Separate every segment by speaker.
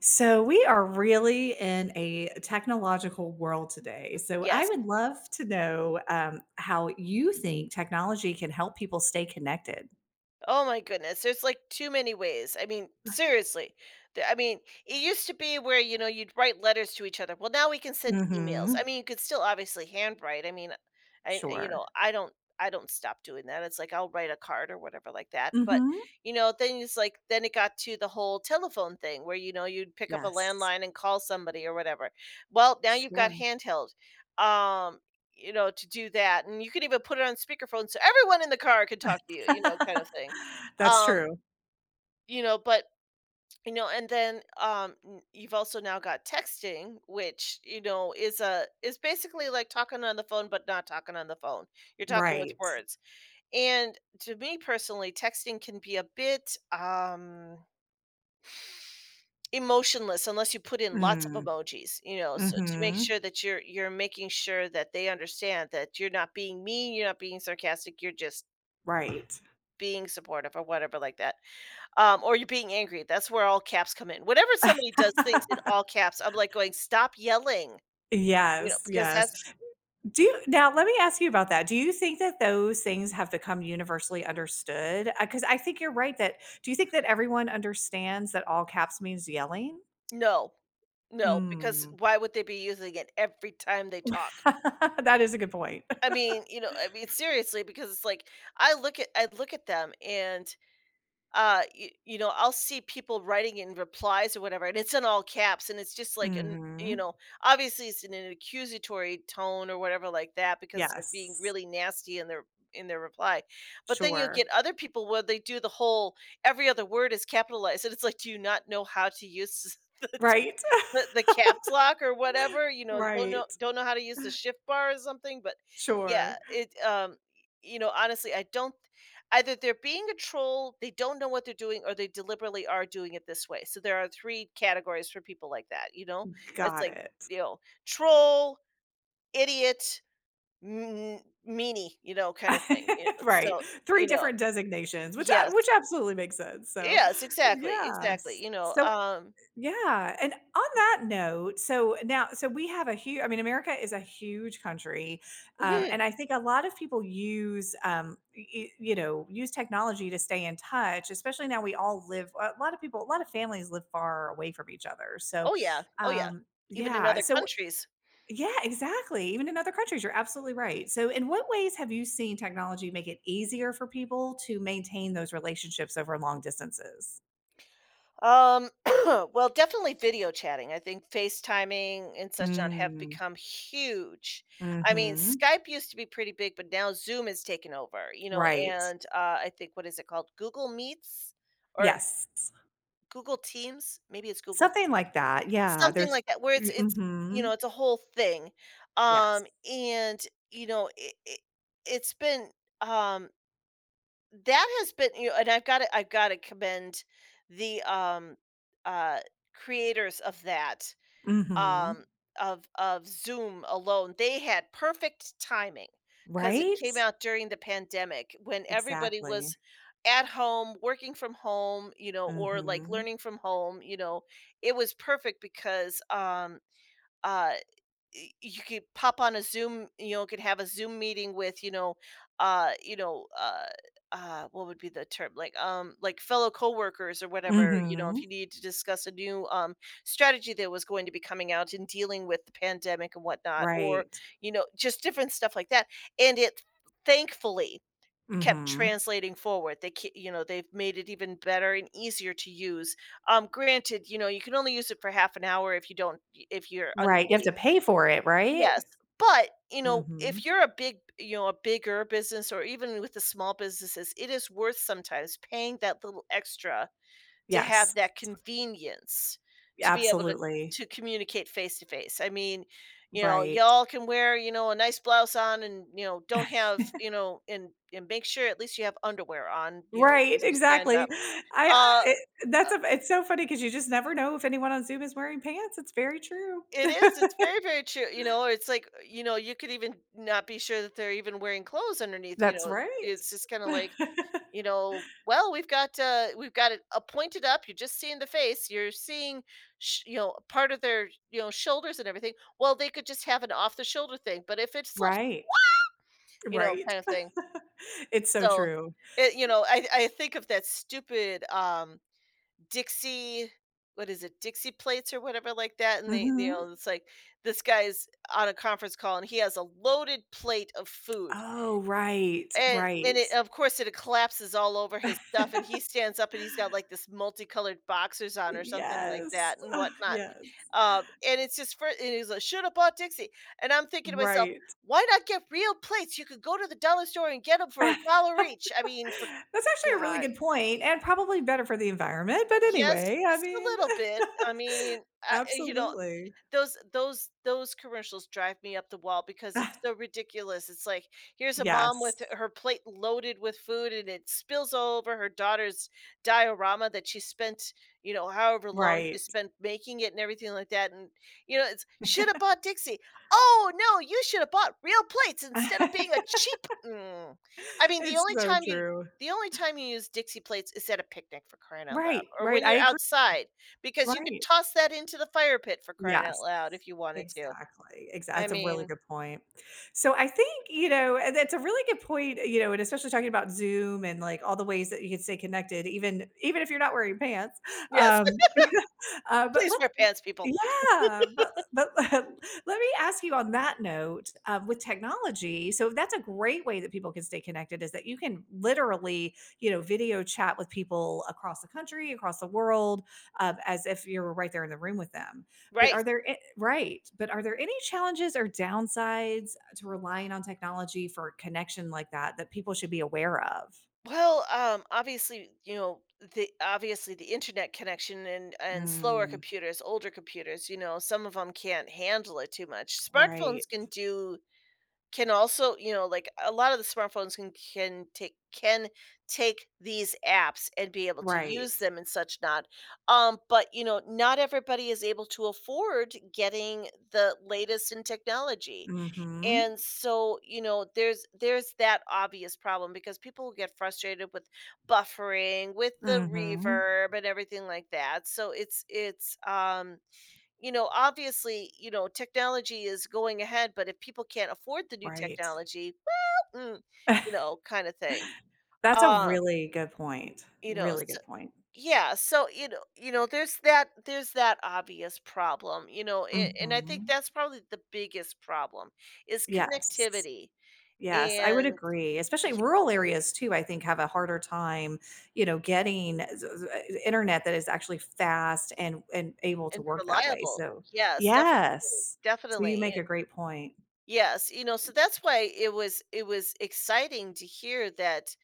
Speaker 1: So, we are really in a technological world today. So, I
Speaker 2: Yes.
Speaker 1: would love to know how you think technology can help people stay connected.
Speaker 2: Oh my goodness, there's like too many ways. I mean, seriously. I mean, it used to be where you know you'd write letters to each other. Well, now we can send emails. I
Speaker 1: Hmm.
Speaker 2: mean, you could still obviously handwrite. I mean, I you know
Speaker 1: Sure.
Speaker 2: I don't stop doing that. It's like I'll write a card or whatever like that. But
Speaker 1: Hmm.
Speaker 2: you know, then it's like then it got to the whole telephone thing where you know you'd pick up a
Speaker 1: Yes.
Speaker 2: landline and call somebody or whatever. Well, now you've got
Speaker 1: Sure.
Speaker 2: handheld. Um, you know, to do that. And you can even put it on speakerphone so everyone in the car could talk to you, you know, kind of thing.
Speaker 1: That's
Speaker 2: Um,
Speaker 1: true.
Speaker 2: you know, but and then you've also now got texting, which, you know, is basically like talking on the phone but not talking on the phone. You're talking with
Speaker 1: Right.
Speaker 2: words. And to me personally, texting can be a bit emotionless unless you put in lots of
Speaker 1: Mm.
Speaker 2: emojis, you know, so to make
Speaker 1: Hmm.
Speaker 2: sure that you're making sure that they understand that you're not being mean, you're not being sarcastic, you're just
Speaker 1: Right.
Speaker 2: being supportive or whatever like that, or you're being angry. That's where all caps come in. Whenever somebody does things in all caps, I'm like going, "Stop yelling," you know,
Speaker 1: Yes.
Speaker 2: because
Speaker 1: Yes.
Speaker 2: that's
Speaker 1: Do you now let me ask you about that. Do you think that those things have become universally understood? Because I think you're right that do you think that everyone understands that all caps means yelling?
Speaker 2: no, no, because
Speaker 1: Mm.
Speaker 2: why would they be using it every time they talk?
Speaker 1: That is a good point.
Speaker 2: I mean, you know, I mean, seriously, because it's like I look at them and you, you know, I'll see people writing in replies or whatever and it's in all caps and it's just like an, you
Speaker 1: Mhm.
Speaker 2: know, obviously it's in an accusatory tone or whatever like that because they're being
Speaker 1: Yes.
Speaker 2: really nasty in their reply. But then you'll get
Speaker 1: Sure.
Speaker 2: other people where they do the whole every other word is capitalized and it's like, do you not know how to use the
Speaker 1: Right.
Speaker 2: the caps lock or whatever, you know,
Speaker 1: Right.
Speaker 2: don't know how to use the shift bar or something. But yeah,
Speaker 1: Sure.
Speaker 2: it, you know, honestly, I don't — either they're being a troll, they don't know what they're doing, or they deliberately are doing it this way. So there are 3 categories for people like that, you know? It's
Speaker 1: Got
Speaker 2: like,
Speaker 1: it.
Speaker 2: you know, troll, idiot, m meanie, you know, kinda thing. You know,
Speaker 1: Right.
Speaker 2: so, you
Speaker 1: 3
Speaker 2: know.
Speaker 1: different designations, which a
Speaker 2: Yes.
Speaker 1: which absolutely makes sense, so,
Speaker 2: Yes, exactly, exactly,
Speaker 1: yes.
Speaker 2: you know,
Speaker 1: So
Speaker 2: um,
Speaker 1: yeah, and on that note, so we have a huge, I mean, America is a huge country, and I think a lot of people use, y you know, use technology to stay in touch, especially now we all live, a lot of families live far away from each other, so,
Speaker 2: oh, yeah. Oh, yeah. Even in
Speaker 1: yeah,
Speaker 2: other
Speaker 1: so
Speaker 2: countries.
Speaker 1: yeah, exactly, even in other countries, you're absolutely right, so in what ways have you seen technology make it easier for people to maintain those relationships over long distances?
Speaker 2: Um, well, definitely video chatting. I think FaceTiming and such on have
Speaker 1: Mm,
Speaker 2: become huge. I mean,
Speaker 1: mhm.
Speaker 2: Skype used to be pretty big, but now Zoom has taken over, you know,
Speaker 1: Right.
Speaker 2: and I think, what is it called? Google Meets or
Speaker 1: Yes.
Speaker 2: Google Teams? Maybe it's Google
Speaker 1: Something like that. Yeah,
Speaker 2: something
Speaker 1: there's
Speaker 2: like that, where it's
Speaker 1: y
Speaker 2: it's you know,
Speaker 1: Mhm.
Speaker 2: it's a whole thing.
Speaker 1: Yes.
Speaker 2: And you know, it it's been, um, that has been, you know, and I've gotta commend the, uh, creators of that,
Speaker 1: Mhm.
Speaker 2: um, of Zoom alone. They had perfect timing because it
Speaker 1: Right?
Speaker 2: came out during the pandemic when everybody
Speaker 1: Exactly.
Speaker 2: was at home, working from home, you know, or like
Speaker 1: Mhm.
Speaker 2: learning from home, you know. It was perfect because, uh you could pop on a Zoom, you know, could have a Zoom meeting with, you know, uh, you know, uh, what would be the term? Like fellow coworkers or whatever, you know, if
Speaker 1: Mhm.
Speaker 2: you needed to discuss a new, um, strategy that was going to be coming out in dealing with the pandemic and whatnot, or
Speaker 1: Right.
Speaker 2: you know, just different stuff like that. And it thankfully kept
Speaker 1: Mhm.
Speaker 2: translating forward. You know, they've made it even better and easier to use. Granted, you know, you can only use it for half an hour if you don't, if you're
Speaker 1: Right, you have
Speaker 2: unpaid.
Speaker 1: to pay for it, right?
Speaker 2: Yes, but, you know,
Speaker 1: Mhm.
Speaker 2: if you're a big, you know, a bigger business, or even with the small businesses, it is worth sometimes paying that little extra to have
Speaker 1: Yes.
Speaker 2: that convenience, to be able to
Speaker 1: Absolutely.
Speaker 2: communicate face to face. I mean, you know,
Speaker 1: Right.
Speaker 2: y'all can wear, you know, a nice blouse on and, you know, don't have, you know, and make sure at least you have underwear on, you know, in
Speaker 1: Right,
Speaker 2: case you stand
Speaker 1: exactly.
Speaker 2: up.
Speaker 1: I
Speaker 2: Uh
Speaker 1: it that's a, it's so funny because you just never know if anyone on Zoom is wearing pants, it's very true.
Speaker 2: It is, it's very, very true, you know. It's like, you know, you could even not be sure that they're even wearing clothes underneath, you
Speaker 1: That's
Speaker 2: know,
Speaker 1: right.
Speaker 2: it's just kinda like, you know, well, we've got it, pointed up, you're just seeing the face, you're seeing sh you know, part of their, you know, shoulders and everything. Well, they could just have an off the shoulder thing, but if it slips,
Speaker 1: Right.
Speaker 2: you know,
Speaker 1: Right.
Speaker 2: kind of thing.
Speaker 1: It's so
Speaker 2: So,
Speaker 1: true.
Speaker 2: it you know, I think of that stupid, um, Dixie, what is it? Dixie plates or whatever like that, and they, you
Speaker 1: Mhm.
Speaker 2: know, it's like this guy's on a conference call and he has a loaded plate of food.
Speaker 1: Oh, right,
Speaker 2: And
Speaker 1: right.
Speaker 2: it of course it collapses all over his stuff and he stands up and he's got like this multicolored boxers on or something like
Speaker 1: Yes.
Speaker 2: that and
Speaker 1: Oh,
Speaker 2: whatnot.
Speaker 1: yes.
Speaker 2: And it's just for, and he's like, "Should have bought Dixie." And I'm thinking to myself,
Speaker 1: Right.
Speaker 2: why not get real plates? You could go to the dollar store and get them for a dollar each. I mean, for
Speaker 1: That's actually a really
Speaker 2: God.
Speaker 1: good point and probably better for the environment, but
Speaker 2: Yes,
Speaker 1: anyway, I
Speaker 2: just a
Speaker 1: mean.
Speaker 2: little bit. I mean, I you know,
Speaker 1: Absolutely.
Speaker 2: those commercials drive me up the wall because it's so ridiculous. It's like, here's a mom
Speaker 1: Yes.
Speaker 2: with her plate loaded with food and it spills all over her daughter's diorama that she spent, you know, however long she
Speaker 1: Right.
Speaker 2: spent making it and everything like that. And you know, it's "Should have bought Dixie." Oh no, you should have bought real plates instead of being a cheap, mm. I mean,
Speaker 1: It's so true.
Speaker 2: the only time you use Dixie plates is at a picnic for crying out loud,
Speaker 1: Right,
Speaker 2: or
Speaker 1: right,
Speaker 2: when
Speaker 1: I
Speaker 2: you're
Speaker 1: agree.
Speaker 2: outside. Because you could
Speaker 1: Right.
Speaker 2: toss that into the fire pit for crying out
Speaker 1: Yes.
Speaker 2: loud if you wanted to.
Speaker 1: Exactly, exactly.
Speaker 2: I
Speaker 1: That's a really
Speaker 2: mean,
Speaker 1: good point. So I think, you know, and that's a really good point, you know, and especially talking about Zoom and, like, all the ways that you can stay connected even if you're not wearing pants.
Speaker 2: yes,
Speaker 1: Um, but
Speaker 2: please
Speaker 1: let
Speaker 2: wear pants, people.
Speaker 1: yeah, but let me ask you on that note, with technology, so that's a great way that people can stay connected is that you can literally, you know, video chat with people across the country, across the world, as if you were right there in the room with them. But
Speaker 2: Right.
Speaker 1: are there a- right, but are there any challenges or downsides to relying on technology for connection like that that people should be aware of?
Speaker 2: Well, obviously, you know, the internet connection and slower
Speaker 1: Mm,
Speaker 2: computers, older computers, you know, some of them 'em can't handle it too much.
Speaker 1: right,
Speaker 2: Smartphones can do. Can also, you know, like a lot of the smartphones can can take these apps and be able to use
Speaker 1: right.
Speaker 2: them and such not. But you know, not everybody is able to afford getting the latest in technology.
Speaker 1: Mm-hmm.
Speaker 2: And so, you know, there's that obvious problem because people get frustrated with buffering, with the
Speaker 1: Mm-hmm.
Speaker 2: reverb and everything like that. So it's um, you know, obviously, you know, technology is going ahead, but if people can't afford the new
Speaker 1: Right.
Speaker 2: technology, mm, you know, kind of thing.
Speaker 1: That's a
Speaker 2: Um,
Speaker 1: really good point.
Speaker 2: you know,
Speaker 1: Really
Speaker 2: so,
Speaker 1: good point.
Speaker 2: yeah, so you know, there's that obvious problem, you know, and I think
Speaker 1: Mhm.
Speaker 2: that's probably the biggest problem is
Speaker 1: Yes.
Speaker 2: connectivity
Speaker 1: Yes, I would
Speaker 2: and
Speaker 1: agree,
Speaker 2: y-
Speaker 1: especially rural areas too, I think, have a harder time, you know, getting internet that is actually fast and able to
Speaker 2: and
Speaker 1: work that way,
Speaker 2: reliable.
Speaker 1: so
Speaker 2: Yes, definitely,
Speaker 1: yes. So you
Speaker 2: definitely. And
Speaker 1: make a great point.
Speaker 2: yes, you know, so that's why it was, it was exciting to hear that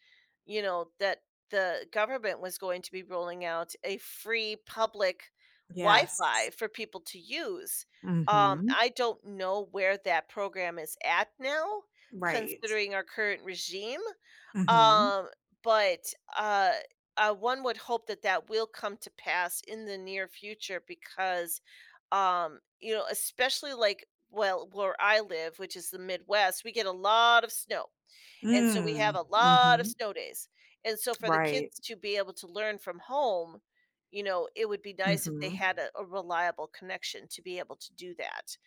Speaker 2: you know, that the government was going to be rolling out a free public
Speaker 1: Yes.
Speaker 2: Wi-Fi for people to use.
Speaker 1: Mhm.
Speaker 2: I don't know where that program is at now,
Speaker 1: Right.
Speaker 2: considering our current regime.
Speaker 1: Mhm.
Speaker 2: Um, but uh, one would hope that that will come to pass in the near future because, you know, especially like, well, where I live, which is the Midwest, we get a lot of snow and so we have
Speaker 1: Mm.
Speaker 2: a lot of
Speaker 1: Mhm.
Speaker 2: snow days. And so for the
Speaker 1: Right.
Speaker 2: kids to be able to learn from home, you know, it would be nice if they
Speaker 1: Mhm.
Speaker 2: had a reliable connection to be able to do that,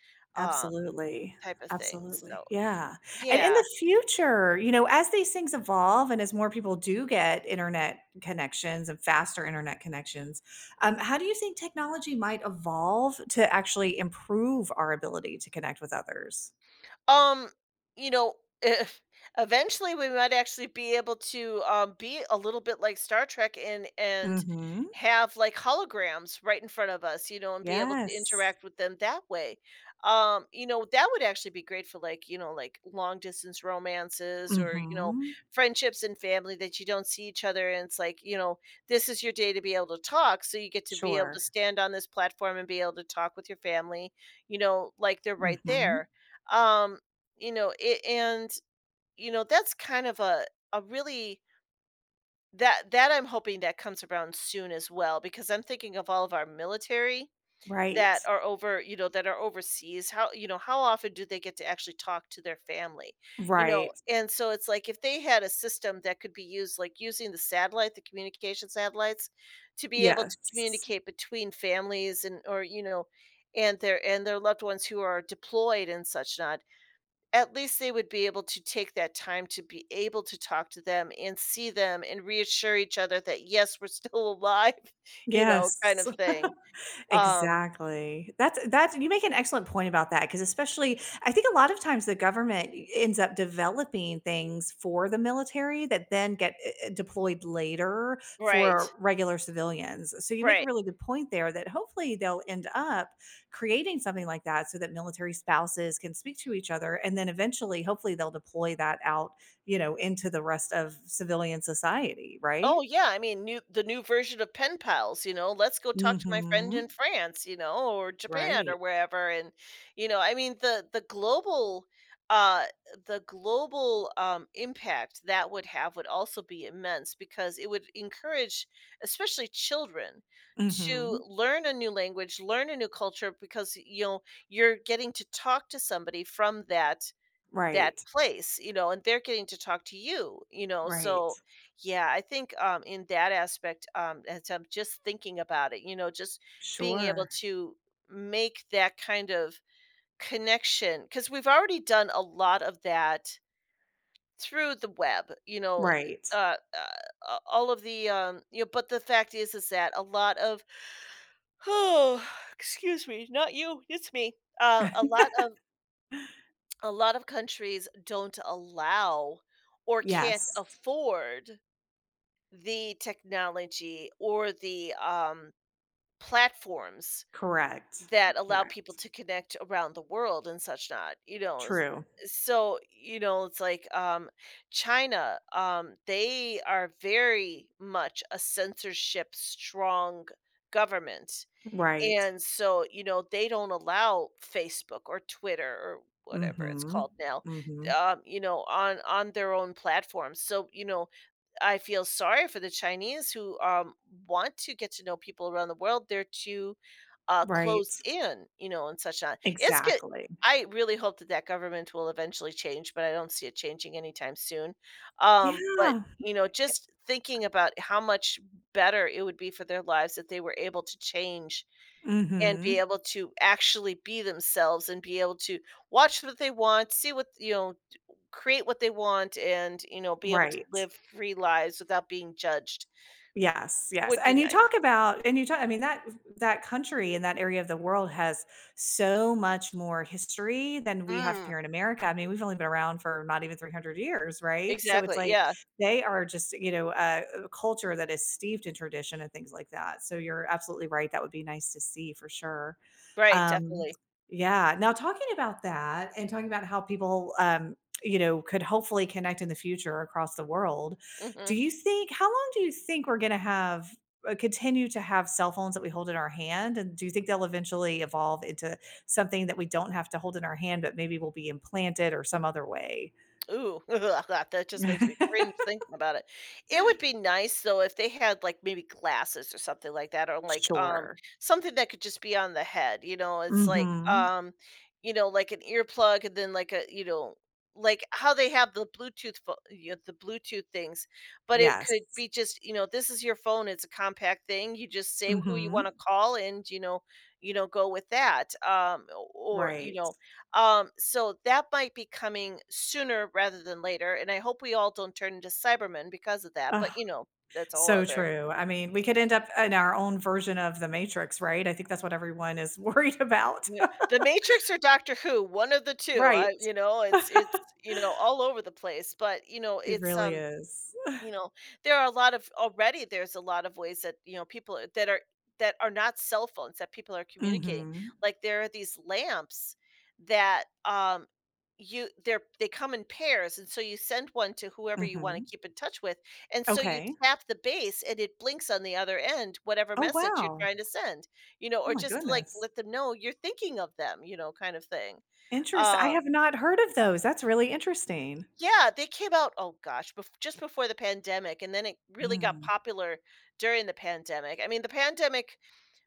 Speaker 2: um,
Speaker 1: Absolutely,
Speaker 2: type of thing. So,
Speaker 1: absolutely, yeah, and in
Speaker 2: yeah.
Speaker 1: the future, you know, as these things evolve and as more people do get internet connections and faster internet connections, how do you think technology might evolve to actually improve our ability to connect with others?
Speaker 2: Um, you know, if eventually we might actually be able to, be a little bit like Star Trek and
Speaker 1: Mhm.
Speaker 2: have like holograms right in front of us, you know, and be able to
Speaker 1: Yes.
Speaker 2: interact with them that way. You know, that would actually be great for, like, you know, like long distance romances, or, you know,
Speaker 1: Mhm.
Speaker 2: friendships and family that you don't see each other, and it's like, you know, this is your day to be able to talk, so you get to be able to
Speaker 1: Sure.
Speaker 2: stand on this platform and be able to talk with your family, you know, like they're right
Speaker 1: Mhm.
Speaker 2: there, um, you know, it and, you know, that's kind of a really that I'm hoping that comes around soon as well, because I'm thinking of all of our military
Speaker 1: Right.
Speaker 2: that are over, you know, that are overseas. How, you know, how often do they get to actually talk to their family? You know,
Speaker 1: Right.
Speaker 2: and so it's like if they had a system that could be used like using the satellite, the communication satellites to be able to
Speaker 1: Yes.
Speaker 2: communicate between families and or, you know, and their loved ones who are deployed and such not at least they would be able to take that time to be able to talk to them and see them and reassure each other that yes, we're still alive, you know, kind
Speaker 1: Yes.
Speaker 2: of thing. Um,
Speaker 1: Exactly. That's you make an excellent point about that because especially I think a lot of times the government ends up developing things for the military that then get, deployed later for
Speaker 2: right,
Speaker 1: regular civilians. So you make a
Speaker 2: right.
Speaker 1: really good point there that hopefully they'll end up creating something like that so that military spouses can speak to each other, and then eventually, hopefully, they'll deploy that out, you know, into the rest of civilian society, right?
Speaker 2: Oh yeah, I mean, new the new version of pen pals, you know, let's go talk to my friend in
Speaker 1: Mhm.
Speaker 2: France, you know, or Japan or
Speaker 1: Right.
Speaker 2: wherever and you know, I mean uh the global impact that would have would also be immense because it would encourage especially children to
Speaker 1: Mhm.
Speaker 2: learn a new language, learn a new culture because you know, you're getting to talk to somebody from that that
Speaker 1: Right.
Speaker 2: place, you know, and they're getting to talk to you, you know,
Speaker 1: Right.
Speaker 2: so, yeah, I think, in that aspect, as I'm just thinking about it, you know, just being able
Speaker 1: Sure.
Speaker 2: to make that kind of connection because 'cause we've already done a lot of that through the web, you know, e
Speaker 1: Right.
Speaker 2: a all of the, but the fact is that a lot of oh, excuse me, not you, it's me. A lot of a lot of countries don't allow or can't
Speaker 1: Yes.
Speaker 2: afford the technology or the, platforms
Speaker 1: Correct.
Speaker 2: that allow people
Speaker 1: Correct.
Speaker 2: to connect around the world and such not, you know, s
Speaker 1: True.
Speaker 2: so, you know, it's like, China, they are very much a censorship strong government.
Speaker 1: Right.
Speaker 2: And so, you know, they don't allow Facebook or Twitter or whatever it's
Speaker 1: Mhm.
Speaker 2: called now,
Speaker 1: Mhm.
Speaker 2: on their own platforms. So, you know, I feel sorry for the Chinese who want to get to know people around the world. They're too
Speaker 1: Right.
Speaker 2: closed in, you know, and such on. It's good.
Speaker 1: Exactly.
Speaker 2: I really hope that that government will eventually change, but I don't see it changing anytime soon. But
Speaker 1: Yeah.
Speaker 2: just thinking about how much better it would be for their lives if they were able to change and be
Speaker 1: Mhm.
Speaker 2: able to actually be themselves and be able to watch what they want, see what create what they want, and be able to
Speaker 1: Right.
Speaker 2: live free lives without being judged
Speaker 1: Yes, yes,
Speaker 2: would be
Speaker 1: and you
Speaker 2: nice.
Speaker 1: talk about and you talk I mean, that country and that area of the world has so much more history than we have
Speaker 2: Mm,
Speaker 1: here in America. I mean, we've only been around for not even 300 years, right? So it's
Speaker 2: exactly.
Speaker 1: like
Speaker 2: Yeah.
Speaker 1: they are just, you know, a culture that is steeped in tradition and things like that. So you're absolutely right. That would be nice to see for sure.
Speaker 2: Right.
Speaker 1: Um,
Speaker 2: Definitely.
Speaker 1: yeah. Now talking about that and talking about how people, you know, could hopefully connect in the future across the world, do
Speaker 2: Hmm.
Speaker 1: you think how long do you think we're gonna have continue to have cell phones that we hold in our hand, and do you think they'll eventually evolve into something that we don't have to hold in our hand, but maybe will be implanted or some other way?
Speaker 2: Ooh, that just makes me cringe thinking about it. It would be nice though if they had like maybe glasses or something like that, or like
Speaker 1: Sure.
Speaker 2: something that could just be on the head. You know, it's like
Speaker 1: Mhm.
Speaker 2: like an earplug and then like a like how they have the you know, the Bluetooth things, but it
Speaker 1: Yes.
Speaker 2: could be just this is your phone. It's a compact thing. You just say who you want
Speaker 1: Mhm.
Speaker 2: to call and you know, go with that. Or
Speaker 1: Right.
Speaker 2: so that might be coming sooner rather than later, and I hope we all don't turn into Cybermen because of that,
Speaker 1: Ugh,
Speaker 2: but, you know, that's all
Speaker 1: so
Speaker 2: other
Speaker 1: true. I mean, we could end up in our own version of the Matrix, right? I think that's what everyone is worried about.
Speaker 2: Yeah, The Matrix or Doctor Who, one of the two,
Speaker 1: Right.
Speaker 2: I you know, it's, you know, all over the place, but, you know,
Speaker 1: It
Speaker 2: it's,
Speaker 1: really is.
Speaker 2: You know, there are a lot of already there's a lot of ways that, you know, people are that are that are not cell phones that people are communicating.
Speaker 1: Mhm.
Speaker 2: Like there are these lamps that you they come in pairs and so you send one to whoever you want
Speaker 1: Mhm.
Speaker 2: to keep in touch with and so you
Speaker 1: Okay.
Speaker 2: tap the base and it blinks on the other end whatever
Speaker 1: Oh,
Speaker 2: message you're
Speaker 1: wow.
Speaker 2: trying to send
Speaker 1: Oh
Speaker 2: or
Speaker 1: my
Speaker 2: just to, like
Speaker 1: goodness.
Speaker 2: let them know you're thinking of them kind of thing.
Speaker 1: Interest I
Speaker 2: um
Speaker 1: have not heard of those. That's really interesting.
Speaker 2: yeah, they came out, oh gosh, just before the pandemic, and then it really got
Speaker 1: Mm.
Speaker 2: popular during the pandemic. I mean, the pandemic,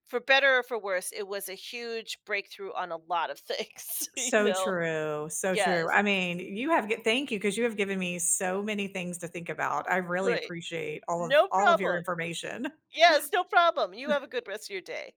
Speaker 2: for better or for worse, it was a huge breakthrough on a lot of things, you
Speaker 1: So
Speaker 2: know?
Speaker 1: true, so true.
Speaker 2: Yes,
Speaker 1: I mean, you have g thank you because you have given me so many things to think about. I really
Speaker 2: right.
Speaker 1: appreciate
Speaker 2: No
Speaker 1: all of your
Speaker 2: problem.
Speaker 1: information.
Speaker 2: Yes, no problem. You have a good rest of your day.